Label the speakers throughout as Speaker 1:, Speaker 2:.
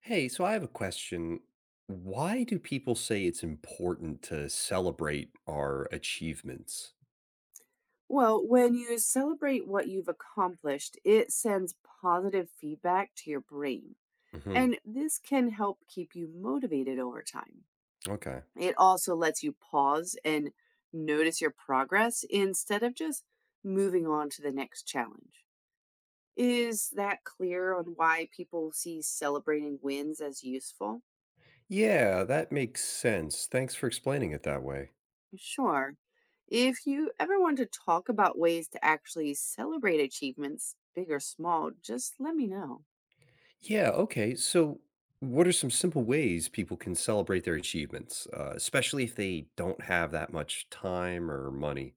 Speaker 1: Hey, so I have a question. Why do people say it's important to celebrate our achievements?
Speaker 2: Well, when you celebrate what you've accomplished, it sends positive feedback to your brain.
Speaker 1: Hmm.
Speaker 2: And this can help keep you motivated over time.
Speaker 1: Okay.
Speaker 2: It also lets you pause and notice your progress instead of just moving on to the next challenge. Is that clear on why people see celebrating wins as useful?
Speaker 1: Yeah, that makes sense. Thanks for explaining it that way.
Speaker 2: Sure. If you ever want to talk about ways to actually celebrate achievements, big or small, just let me know.
Speaker 1: Yeah, okay. So, what are some simple ways people can celebrate their achievements, especially if they don't have that much time or money?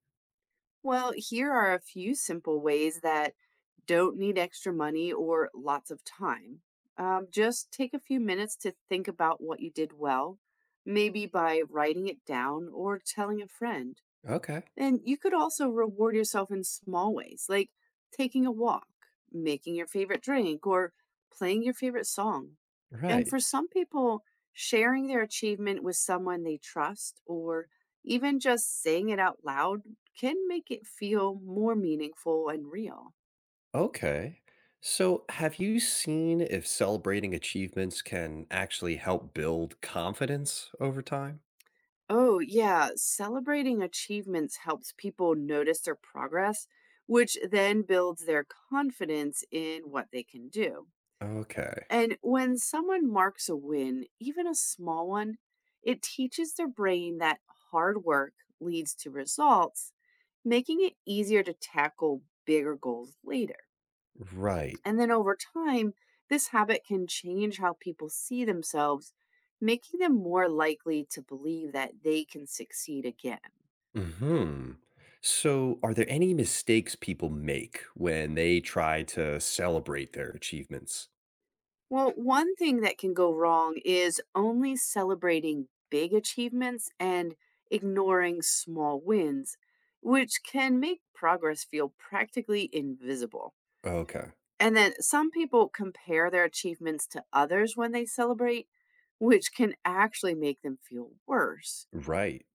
Speaker 2: Well, here are a few simple ways that don't need extra money or lots of time. Just take a few minutes to think about what you did well, maybe by writing it down or telling a friend.
Speaker 1: Okay.
Speaker 2: And you could also reward yourself in small ways, like taking a walk, making your favorite drink, or playing your favorite song. And
Speaker 1: Right.
Speaker 2: for some people, sharing their achievement with someone they trust or even just saying it out loud can make it feel more meaningful and real.
Speaker 1: Okay. So, have you seen if celebrating achievements can actually help build confidence over time?
Speaker 2: Oh, yeah, celebrating achievements helps people notice their progress, which then builds their confidence in what they can do.
Speaker 1: Okay.
Speaker 2: And when someone marks a win, even a small one, it teaches their brain that hard work leads to results, making it easier to tackle bigger goals later.
Speaker 1: Right.
Speaker 2: And then over time, this habit can change how people see themselves, making them more likely to believe that they can succeed again.
Speaker 1: Hmm. So, are there any mistakes people make when they try to celebrate their achievements?
Speaker 2: Well, one thing that can go wrong is only celebrating big achievements and ignoring small wins, which can make progress feel practically invisible.
Speaker 1: Okay.
Speaker 2: And then some people compare their achievements to others when they celebrate, which can actually make them feel worse.
Speaker 1: Right.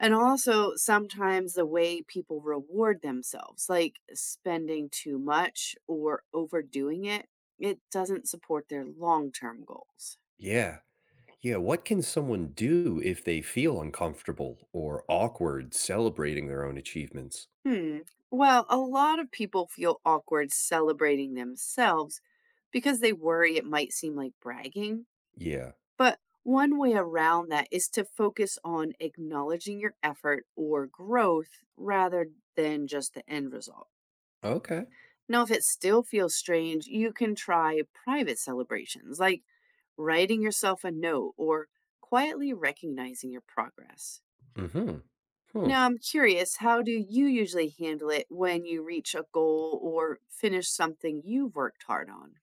Speaker 2: And also, sometimes the way people reward themselves, like spending too much or overdoing it, it doesn't support their long term goals.
Speaker 1: Yeah. Yeah. What can someone do if they feel uncomfortable or awkward celebrating their own achievements?
Speaker 2: Hmm. Well, a lot of people feel awkward celebrating themselves because they worry it might seem like bragging.
Speaker 1: Yeah.
Speaker 2: But one way around that is to focus on acknowledging your effort or growth rather than just the end result.
Speaker 1: Okay.
Speaker 2: Now, if it still feels strange, you can try private celebrations like writing yourself a note or quietly recognizing your progress.
Speaker 1: Mm-hmm. Hmm.
Speaker 2: Now, I'm curious, how do you usually handle it when you reach a goal or finish something you've worked hard on?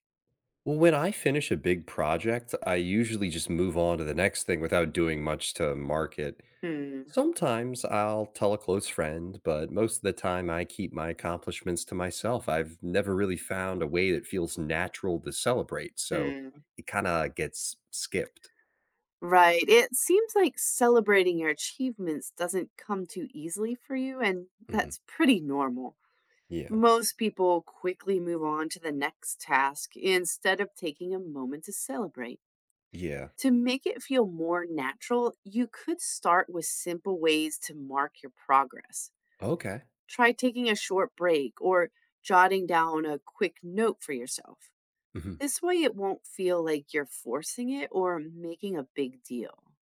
Speaker 1: Well, when I finish a big project, I usually just move on to the next thing without doing much to mark it.
Speaker 2: Hmm.
Speaker 1: Sometimes I'll tell a close friend, but most of the time I keep my accomplishments to myself. I've never really found a way that feels natural to celebrate, so
Speaker 2: Hmm.
Speaker 1: it kind of gets skipped.
Speaker 2: Right. It seems like celebrating your achievements doesn't come too easily for you, and
Speaker 1: Hmm.
Speaker 2: that's pretty normal.
Speaker 1: Yeah.
Speaker 2: Most people quickly move on to the next task instead of taking a moment to celebrate.
Speaker 1: Yeah.
Speaker 2: To make it feel more natural, you could start with simple ways to mark your progress.
Speaker 1: Okay.
Speaker 2: Try taking a short break or jotting down a quick note for yourself.
Speaker 1: Hmm.
Speaker 2: This way, it won't feel like you're forcing it or making a big deal.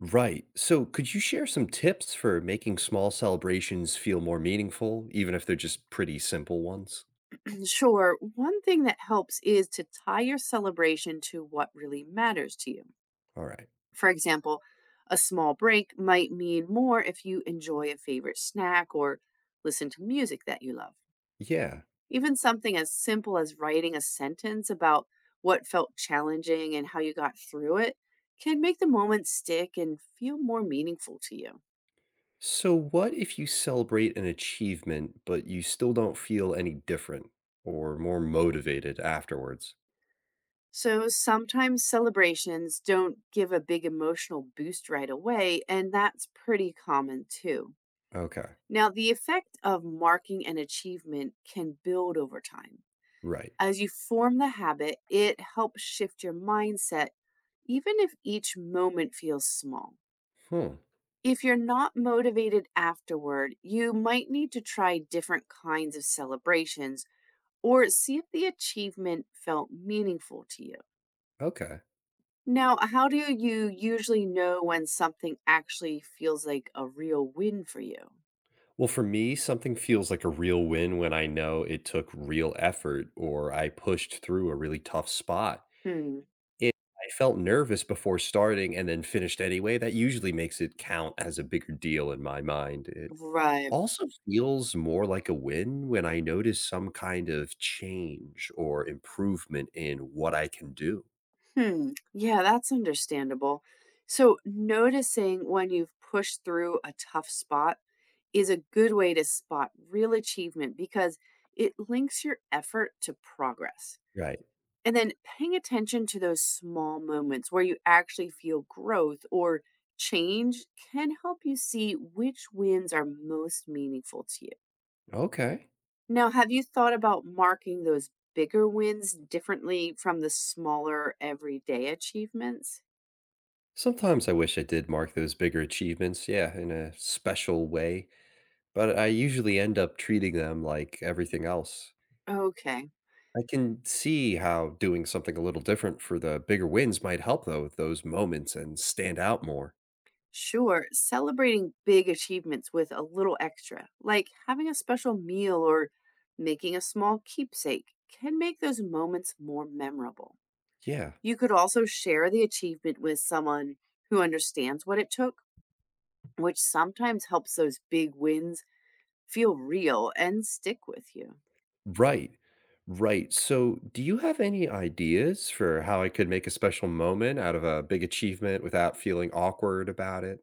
Speaker 1: Right. So could you share some tips for making small celebrations feel more meaningful, even if they're just pretty simple ones?
Speaker 2: Sure, one thing that helps is to tie your celebration to what really matters to you.
Speaker 1: All right.
Speaker 2: For example, a small break might mean more if you enjoy a favorite snack or listen to music that you love.
Speaker 1: Yeah.
Speaker 2: Even something as simple as writing a sentence about what felt challenging and how you got through it can make the moment stick and feel more meaningful to you.
Speaker 1: So, what if you celebrate an achievement, but you still don't feel any different or more motivated afterwards?
Speaker 2: So sometimes celebrations don't give a big emotional boost right away, and that's pretty common too.
Speaker 1: Okay,
Speaker 2: Now, the effect of marking an achievement can build over time.
Speaker 1: right.
Speaker 2: As you form the habit, it helps shift your mindset, even if each moment feels small.
Speaker 1: Hmm.
Speaker 2: If you're not motivated afterward, you might need to try different kinds of celebrations or see if the achievement felt meaningful to you.
Speaker 1: Okay.
Speaker 2: Now, how do you usually know when something actually feels like a real win for you?
Speaker 1: Well, for me, something feels like a real win when I know it took real effort or I pushed through a really tough spot.
Speaker 2: Hmm.
Speaker 1: It I felt nervous before starting and then finished anyway, that usually makes it count as a bigger deal in my mind, it
Speaker 2: Right.
Speaker 1: also feels more like a win when I notice some kind of change or improvement in what I can do.
Speaker 2: Hmm. Yeah, that's understandable. So, noticing when you've pushed through a tough spot is a good way to spot real achievement because it links your effort to progress.
Speaker 1: Right,
Speaker 2: And then paying attention to those small moments where you actually feel growth or change can help you see which wins are most meaningful to you.
Speaker 1: okay.
Speaker 2: Now, have you thought about marking those bigger wins differently from the smaller everyday achievements?
Speaker 1: Sometimes I wish I did mark those bigger achievements, yeah, in a special way, but I usually end up treating them like everything else.
Speaker 2: Okay,
Speaker 1: I can see how doing something a little different for the bigger wins might help though with those moments and stand out more.
Speaker 2: sure. Celebrating big achievements with a little extra, like having a special meal or making a small keepsake, can make those moments more memorable.
Speaker 1: Yeah,
Speaker 2: You could also share the achievement with someone who understands what it took, which sometimes helps those big wins feel real and stick with you.
Speaker 1: right. Right. So, do you have any ideas for how I could make a special moment out of a big achievement without feeling awkward about it?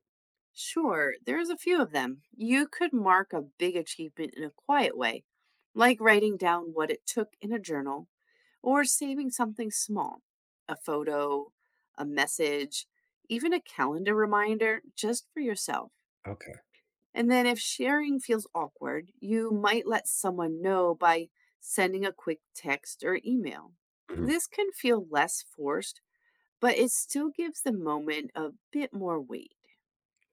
Speaker 2: Sure, there's a few of them. You could mark a big achievement in a quiet way, like writing down what it took in a journal or saving something small, a photo, a message, even a calendar reminder just for yourself.
Speaker 1: Okay.
Speaker 2: And then if sharing feels awkward, you might let someone know by sending a quick text or email.
Speaker 1: Mhm.
Speaker 2: This can feel less forced, but it still gives the moment a bit more weight.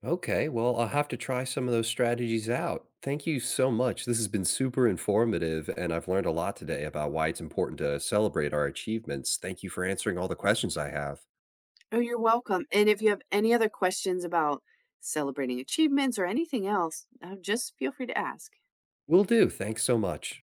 Speaker 1: Okay. Well, I'll have to try some of those strategies out. Thank you so much. This has been super informative, and I've learned a lot today about why it's important to celebrate our achievements. Thank you for answering all the questions I have.
Speaker 2: Oh, you're welcome. And if you have any other questions about celebrating achievements or anything else, just feel free to ask.
Speaker 1: Will do. Thanks so much.